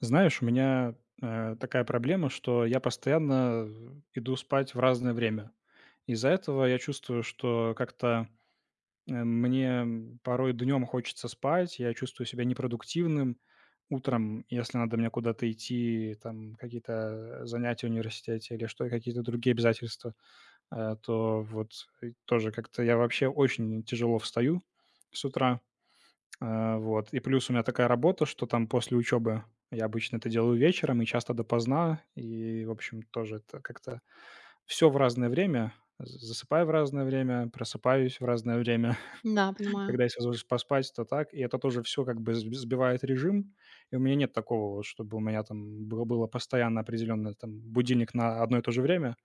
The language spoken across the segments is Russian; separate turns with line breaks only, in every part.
Знаешь, у меня такая проблема, что я постоянно иду спать в разное время. Из-за этого я чувствую, что как-то мне порой днем хочется спать, я чувствую себя непродуктивным. Утром, если надо мне куда-то идти, там какие-то занятия в университете или что, какие-то другие обязательства, то вот и тоже как-то я вообще очень тяжело встаю с утра. А, вот. И плюс у меня такая работа, что там после учебы я обычно это делаю вечером и часто допоздна. И, в общем, тоже это как-то все в разное время. З засыпаю в разное время, просыпаюсь в разное время.
Да, понимаю.
Когда есть возможность поспать, то так. И это тоже все как бы сб сбивает режим. И у меня нет такого вот, чтобы у меня там было постоянно определённо там будильник на одно и то же время.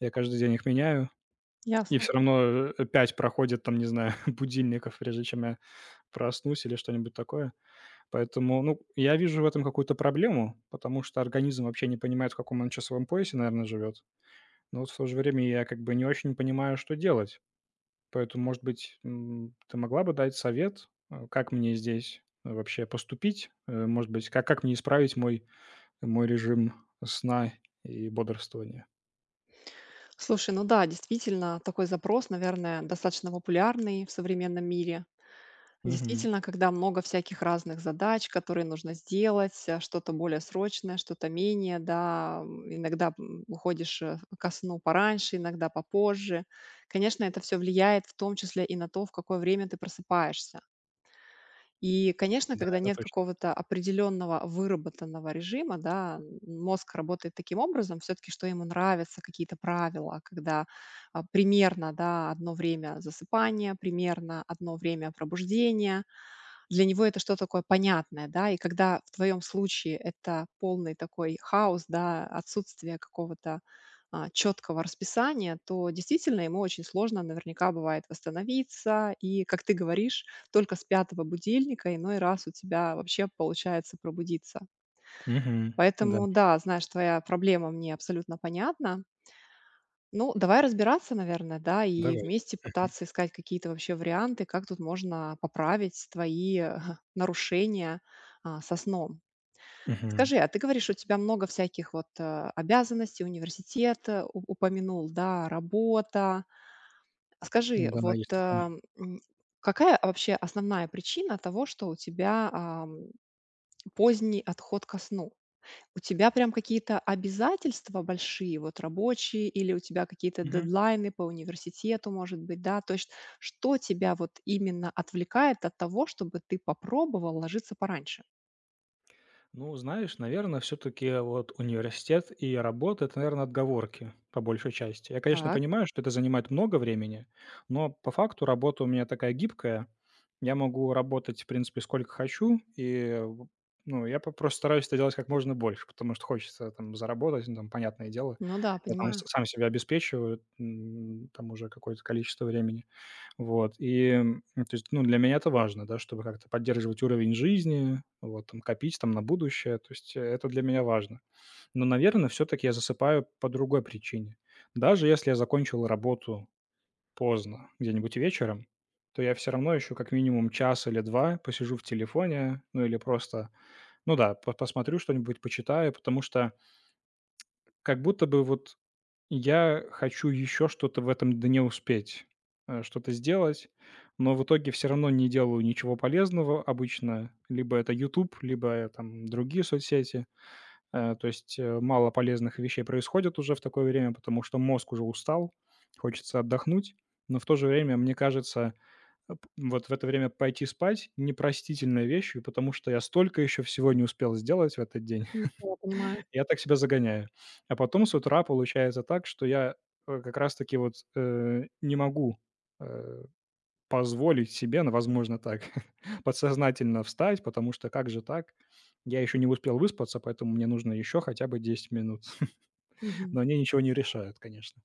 Я каждый день их меняю. И
Ясно.
все равно, 5 проходит там, не знаю, будильников, прежде чем я проснусь или что-нибудь такое. Поэтому, ну, я вижу в этом какую-то проблему, потому что организм вообще не понимает, в каком он часовом поясе, наверное, живет. Но вот в то же время я как бы не очень понимаю, что делать. Поэтому, может быть, ты могла бы дать совет, как мне здесь вообще поступить? Может быть, как мне исправить мой, мой режим сна и бодрствования?
Слушай, ну да, действительно, такой запрос, наверное, достаточно популярный в современном мире.
Мгм.
Действительно, когда много всяких разных задач, которые нужно сделать, что-то более срочное, что-то менее, да, иногда уходишь ко сну пораньше, иногда попозже. Конечно, это все влияет в том числе и на то, в какое время ты просыпаешься. И, конечно,
Да,
когда
это
нет
точно.
какого-то определенного выработанного режима, да, мозг работает таким образом все-таки, что ему нравятся какие-то правила, когда примерно, да, одно время засыпания, примерно одно время пробуждения, для него это что-то такое понятное, да. И когда в твоем случае это полный такой хаос, да, отсутствие какого-то, четкого расписания, то действительно ему очень сложно наверняка бывает восстановиться. И, как ты говоришь, только с пятого будильника иной раз у тебя вообще получается пробудиться.
Мгм. Да,
Поэтому да, знаешь, твоя проблема мне абсолютно понятна. Ну, давай разбираться, наверное, да, и
давай.
вместе
Мгм.
пытаться искать какие-то вообще варианты, как тут можно поправить твои нарушения со сном.
Мгм.
Скажи, а ты говоришь, у тебя много всяких вот обязанностей, университет упомянул, да, работа. А скажи,
Да,
вот
есть такое.
м, какая вообще основная причина того, что у тебя поздний отход ко сну? У тебя прям какие-то обязательства большие, вот рабочие, или у тебя какие-то
Мгм.
дедлайны по университету, может быть, да? То есть что тебя вот именно отвлекает от того, чтобы ты попробовал ложиться пораньше?
Ну, знаешь, наверное, все-таки вот университет и работа — это, наверное, отговорки по большей части. Я, конечно,
Так.
понимаю, что это занимает много времени, но по факту работа у меня такая гибкая. Я могу работать, в принципе, сколько хочу, ну, я просто стараюсь это делать как можно больше, потому что хочется там заработать, ну, там, понятное дело.
Ну да,
Я там
понимаю.
сам себя обеспечиваю там уже какое-то количество времени. Вот, и, то есть, ну, для меня это важно, да, чтобы как-то поддерживать уровень жизни, вот, там, копить там на будущее, то есть это для меня важно. Но, наверное, все-таки я засыпаю по другой причине. Даже если я закончил работу поздно, где-нибудь вечером, то я все равно еще как минимум час или два посижу в телефоне, ну или просто, ну да, посмотрю что-нибудь, почитаю, потому что как будто бы вот я хочу еще что-то в этом дне успеть, что-то сделать, но в итоге все равно не делаю ничего полезного обычно. Либо это YouTube, либо, там другие соцсети. То есть, мало полезных вещей происходит уже в такое время, потому что мозг уже устал, хочется отдохнуть. Но в то же время, мне кажется, э, п вот в это время пойти спать — непростительная вещь, и потому что я столько еще всего не успел сделать в этот день.
Ну да, понимаю.
Я так себя загоняю. А потом с утра получается так, что я, как раз таки вот, не могу, э, позволить себе, ну, возможно, так, подсознательно встать, потому что как же так? Я еще не успел выспаться, поэтому мне нужно еще хотя бы 10 минут.
Мгм.
Но они ничего не решают, конечно.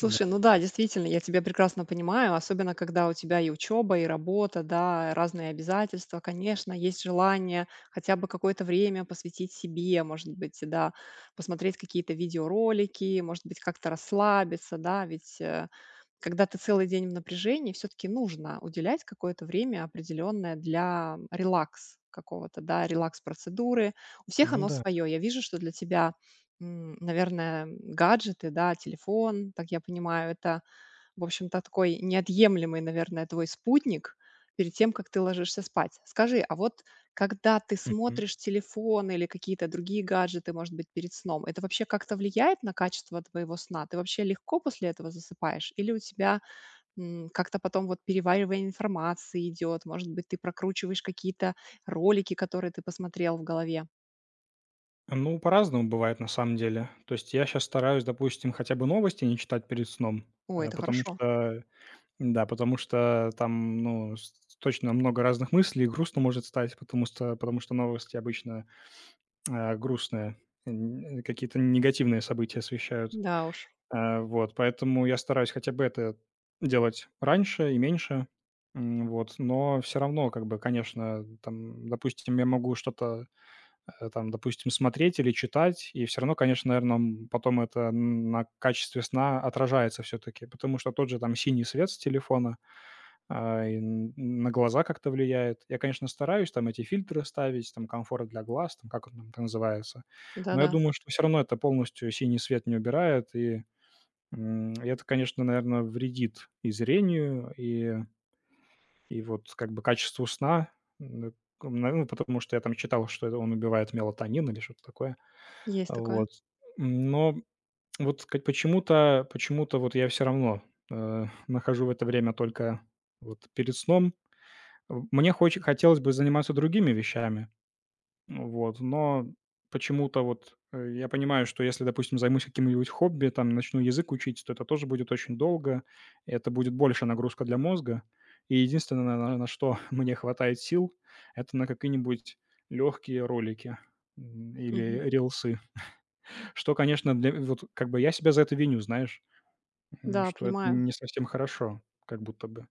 Да.
ну да, действительно, я тебя прекрасно понимаю, особенно когда у тебя и учеба, и работа, да, разные обязательства. Конечно, есть желание хотя бы какое-то время посвятить себе, может быть, да, посмотреть какие-то видеоролики, может быть, как-то расслабиться, да, ведь когда ты целый день в напряжении, все-таки нужно уделять какое-то время определенное для релакс какого-то, да, релакс-процедуры. У всех
Ну
оно
да.
свое. Я вижу, что для тебя наверное, гаджеты, да, телефон, так я понимаю, это, в общем-то, такой неотъемлемый, наверное, твой спутник перед тем, как ты ложишься спать. Скажи, а вот когда ты
Мгм.
смотришь телефон или какие-то другие гаджеты, может быть, перед сном, это вообще как-то влияет на качество твоего сна? Ты вообще легко после этого засыпаешь? Или у тебя как-то потом вот переваривание информации идет? Может быть, ты прокручиваешь какие-то ролики, которые ты посмотрел в голове?
Ну, по-разному бывает на самом деле. То есть я сейчас стараюсь, допустим, хотя бы новости не читать перед сном,
О, это
потому
хорошо.
что да, потому что там, ну, с точно много разных мыслей, грустно может стать, потому что новости обычно, грустные, н какие-то негативные события освещают.
Да уж,
А, вот, поэтому я стараюсь хотя бы это делать раньше и меньше. Вот, но все равно, как бы, конечно, там, допустим, я могу что-то, там, допустим, смотреть или читать, и все равно, конечно, наверное, потом это на качестве сна отражается все таки, потому что тот же, там, синий свет с телефона, и н на глаза как-то влияет. Я, конечно, стараюсь там эти фильтры ставить, там комфорт для глаз, там как он там это называется. Но я
да-да.
думаю, что все равно это полностью синий свет не убирает, и, и это, конечно, наверное, вредит и зрению, и вот как бы качеству сна. М, ну, потому что я там читал, что это он убивает мелатонин или что-то такое.
Есть такое.
Вот. Но вот как почему-то вот я все равно, нахожу в это время только вот перед сном мне хоч хотелось бы заниматься другими вещами, вот, но почему-то вот, я понимаю, что если, допустим, займусь каким-нибудь хобби, там, начну язык учить, то это тоже будет очень долго, и это будет больше нагрузка для мозга. И единственное, на что мне хватает сил, это на какие-нибудь легкие ролики,
Мгм.
или рилсы, что, конечно, для вот как бы я себя за это виню, знаешь,
Да,
что это
понимаю.
не совсем хорошо как будто бы.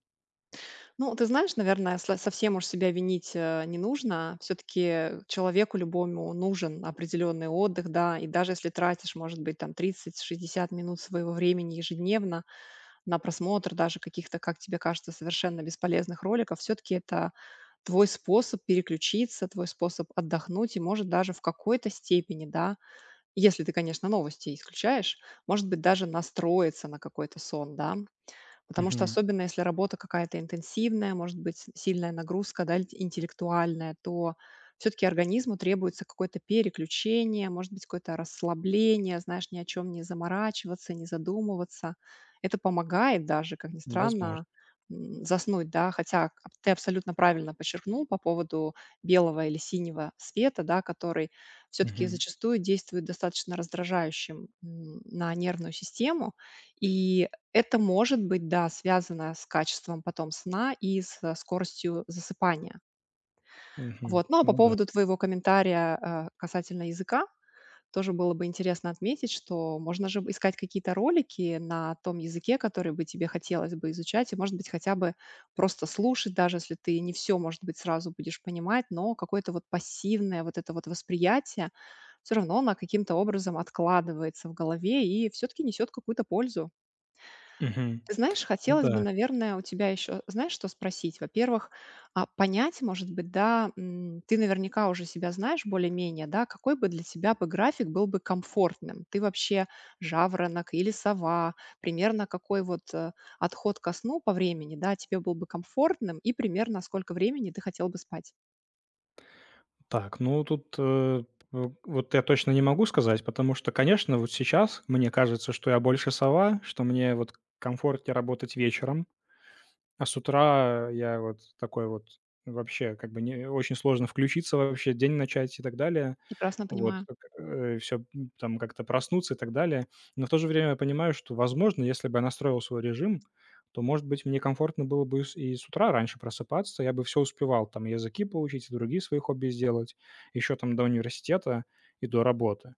Ну, ты знаешь, наверное, сло совсем уж себя винить, не нужно. Все таки человеку любому нужен определенный отдых, да. И даже если тратишь, может быть, там 30–60 минут своего времени ежедневно на просмотр даже каких-то, как тебе кажется, совершенно бесполезных роликов, все таки это твой способ переключиться, твой способ отдохнуть и, может, даже в какой-то степени, да, если ты, конечно, новости исключаешь, может быть, даже настроиться на какой-то сон, да. Потому что
Мгм.
особенно если работа какая-то интенсивная, может быть, сильная нагрузка, да, интеллектуальная, то все-таки организму требуется какое-то переключение, может быть, какое-то расслабление, знаешь, ни о чем не заморачиваться, не задумываться. Это помогает даже, как ни странно,
Возможно.
заснуть, да, хотя ты абсолютно правильно подчеркнул по поводу белого или синего света, да, который все-таки
Мгм.
зачастую действует достаточно раздражающим на нервную систему, и это может быть, да, связано с качеством потом сна и с скоростью засыпания.
Мгм.
Вот. Ну, а по
Ну да.
поводу твоего комментария, касательно языка, тоже было бы интересно отметить, что можно же искать какие-то ролики на том языке, который бы тебе хотелось бы изучать, и, может быть, хотя бы просто слушать, даже если ты не все, может быть, сразу будешь понимать, но какое-то вот пассивное вот это вот восприятие все равно, оно каким-то образом откладывается в голове и все таки несет какую-то пользу.
Мгм.
Ты знаешь,
Ну
хотелось бы,
да.
наверное, у тебя еще, знаешь, что спросить? Во-первых, понять, может быть, да, ты наверняка уже себя знаешь более-менее, да, какой бы для тебя бы график был бы комфортным? Ты вообще жаворонок или сова? Примерно какой вот отход ко сну по времени, да, тебе был бы комфортным и примерно сколько времени ты хотел бы спать?
Так, ну тут, э, в вот я точно не могу сказать, потому что, конечно, вот сейчас мне кажется, что я больше сова, что мне вот комфортнее работать вечером, а с утра я вот такой вот вообще как бы не очень сложно включиться вообще, день начать и так далее.
Прекрасно
Вот,
понимаю.
все там как-то проснуться и так далее. Но в то же время я понимаю, что, возможно, если бы я настроил свой режим, то, может быть, мне комфортно было бы с утра раньше просыпаться. Я бы все успевал, там, языки поучить, и другие свои хобби сделать еще там до университета и до работы.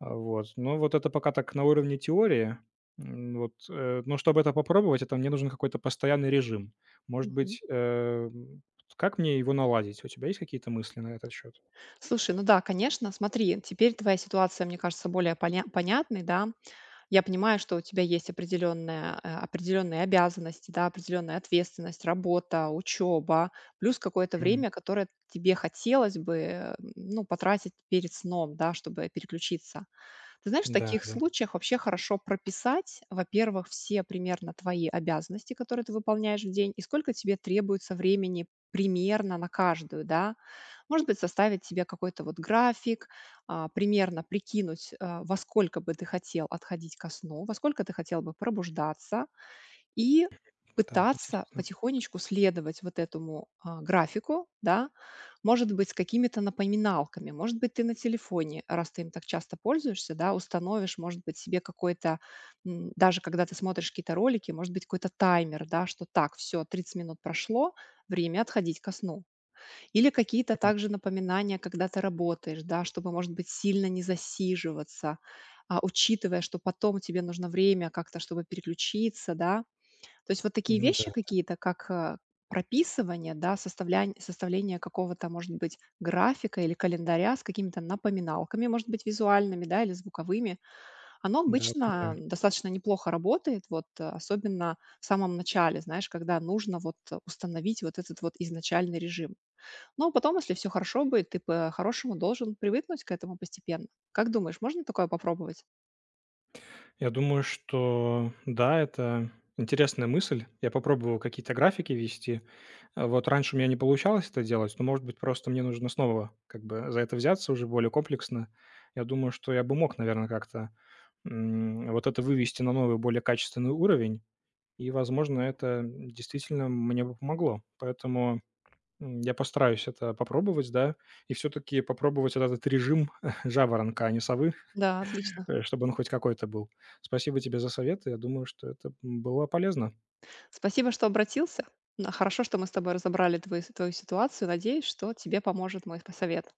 А, вот. Но вот это пока так на уровне теории. Но чтобы это попробовать, это мне нужен какой-то постоянный режим. Может
Мгм.
быть, как мне его наладить? У тебя есть какие-то мысли на этот счет?
Слушай, ну да, конечно, смотри, теперь твоя ситуация, мне кажется, более понятной, да. Я понимаю, что у тебя есть определенная, определенные обязанности, да, определенная ответственность, работа, учеба, плюс какое-то
Мгм.
время, которое тебе хотелось бы, ну, потратить перед сном, да, чтобы переключиться. Ты знаешь, в
Да,
таких
да.
случаях вообще хорошо прописать, во-первых, все примерно твои обязанности, которые ты выполняешь в день, и сколько тебе требуется времени примерно на каждую, да, может быть, составить себе какой-то вот график, примерно прикинуть, во сколько бы ты хотел отходить ко сну, во сколько ты хотел бы пробуждаться, и
Так,
пытаться
интересно.
потихонечку следовать вот этому, графику, да. Может быть, с какими-то напоминалками, может быть, ты на телефоне, раз ты им так часто пользуешься, да, установишь, может быть, себе какой-то, даже когда ты смотришь какие-то ролики, может быть, какой-то таймер, да, что так, все, 30 минут прошло, время отходить ко сну. Или какие-то
М,
также напоминания, когда ты работаешь, да, чтобы, может быть, сильно не засиживаться, учитывая, что потом тебе нужно время как-то, чтобы переключиться, да. То есть вот такие
ну
вещи
да,
какие-то, как прописывание, да, составление какого-то, может быть, графика или календаря с какими-то напоминалками, может быть, визуальными, да, или звуковыми, оно
да,
обычно
понимаю.
достаточно неплохо работает, вот, особенно в самом начале, знаешь, когда нужно вот установить вот этот вот изначальный режим. Но потом, если все хорошо будет, ты по-хорошему должен привыкнуть к этому постепенно. Как думаешь, можно такое попробовать?
Я думаю, что да, это интересная мысль. Я попробовал какие-то графики вести. А, вот раньше у меня не получалось это делать, но, может быть, просто мне нужно снова как бы за это взяться уже более комплексно. Я думаю, что я бы мог, наверное, как-то, вот это вывести на новый, более качественный уровень, и, возможно, это действительно мне бы помогло. Поэтому я постараюсь это попробовать, да, и все таки попробовать вот этот режим жаворонка, а не совы,
Да, отлично.
чтобы он хоть какой-то был. Спасибо тебе за советы. Я думаю, что это, было полезно.
Спасибо, что обратился. Н Хорошо, что мы с тобой разобрали твою ситуацию. Надеюсь, что тебе поможет мой п совет.